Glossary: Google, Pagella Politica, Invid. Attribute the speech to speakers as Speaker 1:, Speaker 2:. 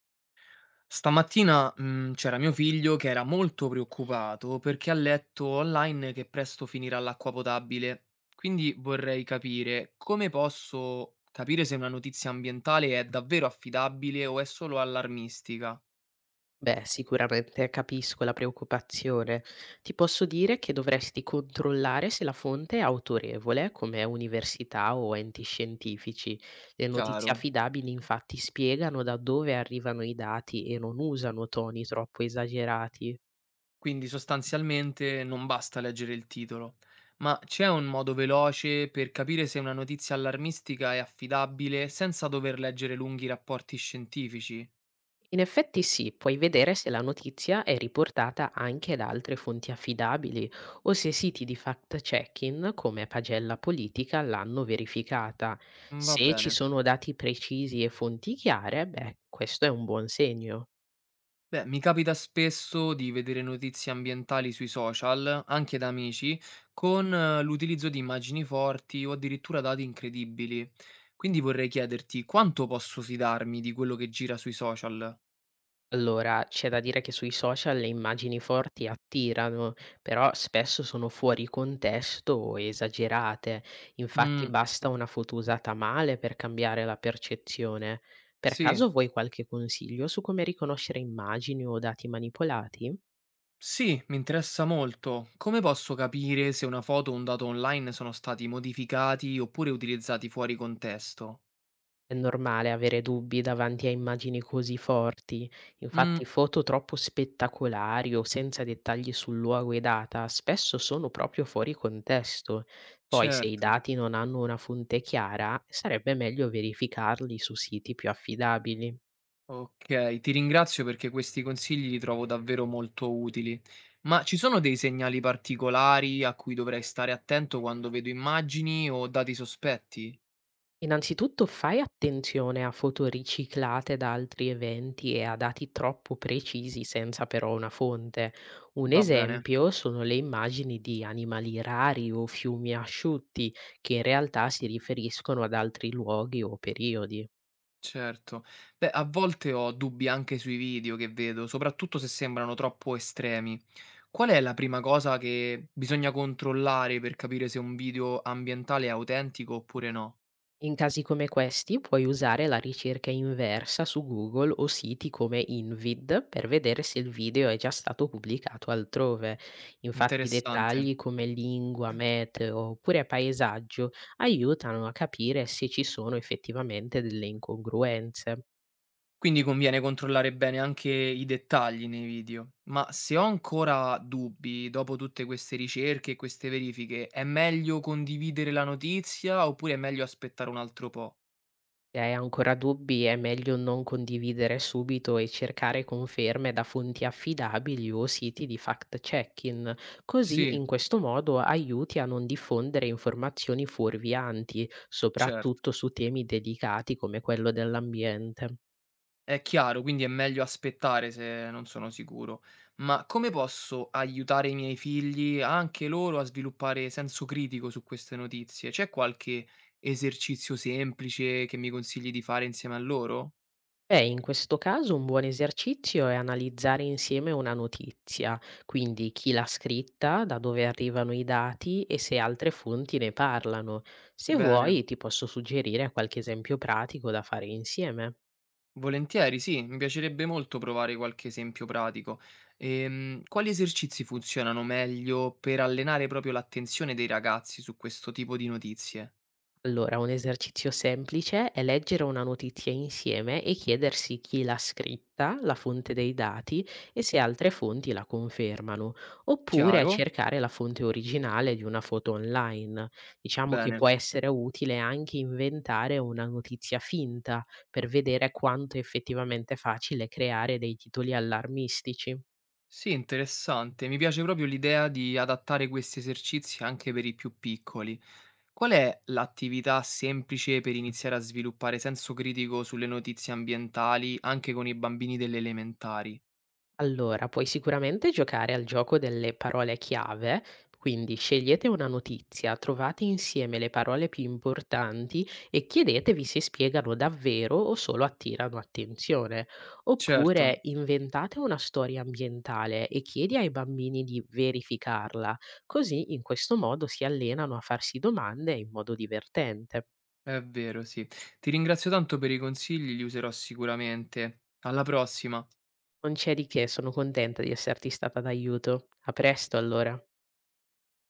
Speaker 1: Stamattina, c'era mio figlio che era molto preoccupato perché ha letto online che presto finirà l'acqua potabile. Quindi vorrei capire come posso capire se una notizia ambientale è davvero affidabile o è solo allarmistica.
Speaker 2: Beh, sicuramente capisco la preoccupazione. Ti posso dire che dovresti controllare se la fonte è autorevole, come università o enti scientifici. Le notizie
Speaker 1: Chiaro.
Speaker 2: affidabili infatti spiegano da dove arrivano i dati e non usano toni troppo esagerati.
Speaker 1: Quindi sostanzialmente non basta leggere il titolo. Ma c'è un modo veloce per capire se una notizia allarmistica è affidabile senza dover leggere lunghi rapporti scientifici?
Speaker 2: In effetti sì, puoi vedere se la notizia è riportata anche da altre fonti affidabili o se siti di fact-checking come Pagella Politica l'hanno verificata.
Speaker 1: Mm, va
Speaker 2: Se ci
Speaker 1: bene.
Speaker 2: sono dati precisi e fonti chiare, beh, questo è un buon segno.
Speaker 1: Beh, mi capita spesso di vedere notizie ambientali sui social, anche da amici, con l'utilizzo di immagini forti o addirittura dati incredibili. Quindi vorrei chiederti, quanto posso fidarmi di quello che gira sui social?
Speaker 2: Allora, c'è da dire che sui social le immagini forti attirano, però spesso sono fuori contesto o esagerate. Infatti
Speaker 1: Mm,
Speaker 2: basta una foto usata male per cambiare la percezione. Per
Speaker 1: sì,
Speaker 2: caso vuoi qualche consiglio su come riconoscere immagini o dati manipolati?
Speaker 1: sì, mi interessa molto. Come posso capire se una foto o un dato online sono stati modificati oppure utilizzati fuori contesto?
Speaker 2: È normale avere dubbi davanti a immagini così forti.
Speaker 1: Mm,
Speaker 2: Infatti, foto troppo spettacolari o senza dettagli sul luogo e data spesso sono proprio fuori contesto. Poi, se i
Speaker 1: certo.
Speaker 2: dati non hanno una fonte chiara, sarebbe meglio verificarli su siti più affidabili.
Speaker 1: Okay, ti ringrazio perché questi consigli li trovo davvero molto utili. Ma ci sono dei segnali particolari a cui dovrei stare attento quando vedo immagini o dati sospetti?
Speaker 2: Innanzitutto fai attenzione a foto riciclate da altri eventi e a dati troppo precisi senza però una fonte. Un
Speaker 1: Va bene,
Speaker 2: esempio sono le immagini di animali rari o fiumi asciutti che in realtà si riferiscono ad altri luoghi o periodi.
Speaker 1: certo. Beh, a volte ho dubbi anche sui video che vedo, soprattutto se sembrano troppo estremi. Qual è la prima cosa che bisogna controllare per capire se un video ambientale è autentico oppure no?
Speaker 2: In casi come questi puoi usare la ricerca inversa su Google o siti come Invid per vedere se il video è già stato pubblicato altrove. Infatti
Speaker 1: Interessante.
Speaker 2: dettagli come lingua, meteo oppure paesaggio aiutano a capire se ci sono effettivamente delle incongruenze.
Speaker 1: Quindi conviene controllare bene anche i dettagli nei video. Ma se ho ancora dubbi dopo tutte queste ricerche e queste verifiche, è meglio condividere la notizia oppure è meglio aspettare un altro po'?
Speaker 2: Se hai ancora dubbi, è meglio non condividere subito e cercare conferme da fonti affidabili o siti di fact-checking. Così,
Speaker 1: Sì,
Speaker 2: in questo modo, aiuti a non diffondere informazioni fuorvianti,
Speaker 1: certo.
Speaker 2: soprattutto su temi delicati come quello dell'ambiente.
Speaker 1: È chiaro, quindi è meglio aspettare se non sono sicuro. Ma come posso aiutare i miei figli, anche loro, a sviluppare senso critico su queste notizie? C'è qualche esercizio semplice che mi consigli di fare insieme a loro?
Speaker 2: Beh, in questo caso un buon esercizio è analizzare insieme una notizia, quindi chi l'ha scritta, da dove arrivano i dati e se altre fonti ne parlano. Se
Speaker 1: Bene.
Speaker 2: vuoi, ti posso suggerire qualche esempio pratico da fare insieme.
Speaker 1: Volentieri, sì, mi piacerebbe molto provare qualche esempio pratico. Quali esercizi funzionano meglio per allenare proprio l'attenzione dei ragazzi su questo tipo di notizie?
Speaker 2: Allora, un esercizio semplice è leggere una notizia insieme e chiedersi chi l'ha scritta, la fonte dei dati e se altre fonti la confermano, oppure
Speaker 1: Chiaro?
Speaker 2: cercare la fonte originale di una foto online. Diciamo che
Speaker 1: Bene.
Speaker 2: può essere utile anche inventare una notizia finta per vedere quanto è effettivamente facile creare dei titoli allarmistici.
Speaker 1: Sì, interessante. Mi piace proprio l'idea di adattare questi esercizi anche per i più piccoli. Qual è l'attività semplice per iniziare a sviluppare senso critico sulle notizie ambientali anche con i bambini delle elementari?
Speaker 2: Allora, puoi sicuramente giocare al gioco delle parole chiave, quindi scegliete una notizia, trovate insieme le parole più importanti e chiedetevi se spiegano davvero o solo attirano attenzione.
Speaker 1: Certo.
Speaker 2: Oppure inventate una storia ambientale e chiedi ai bambini di verificarla, così in questo modo si allenano a farsi domande in modo divertente.
Speaker 1: È vero, sì. Ti ringrazio tanto per i consigli, li userò sicuramente. Alla prossima.
Speaker 2: Non c'è di che, sono contenta di esserti stata d'aiuto. A presto allora.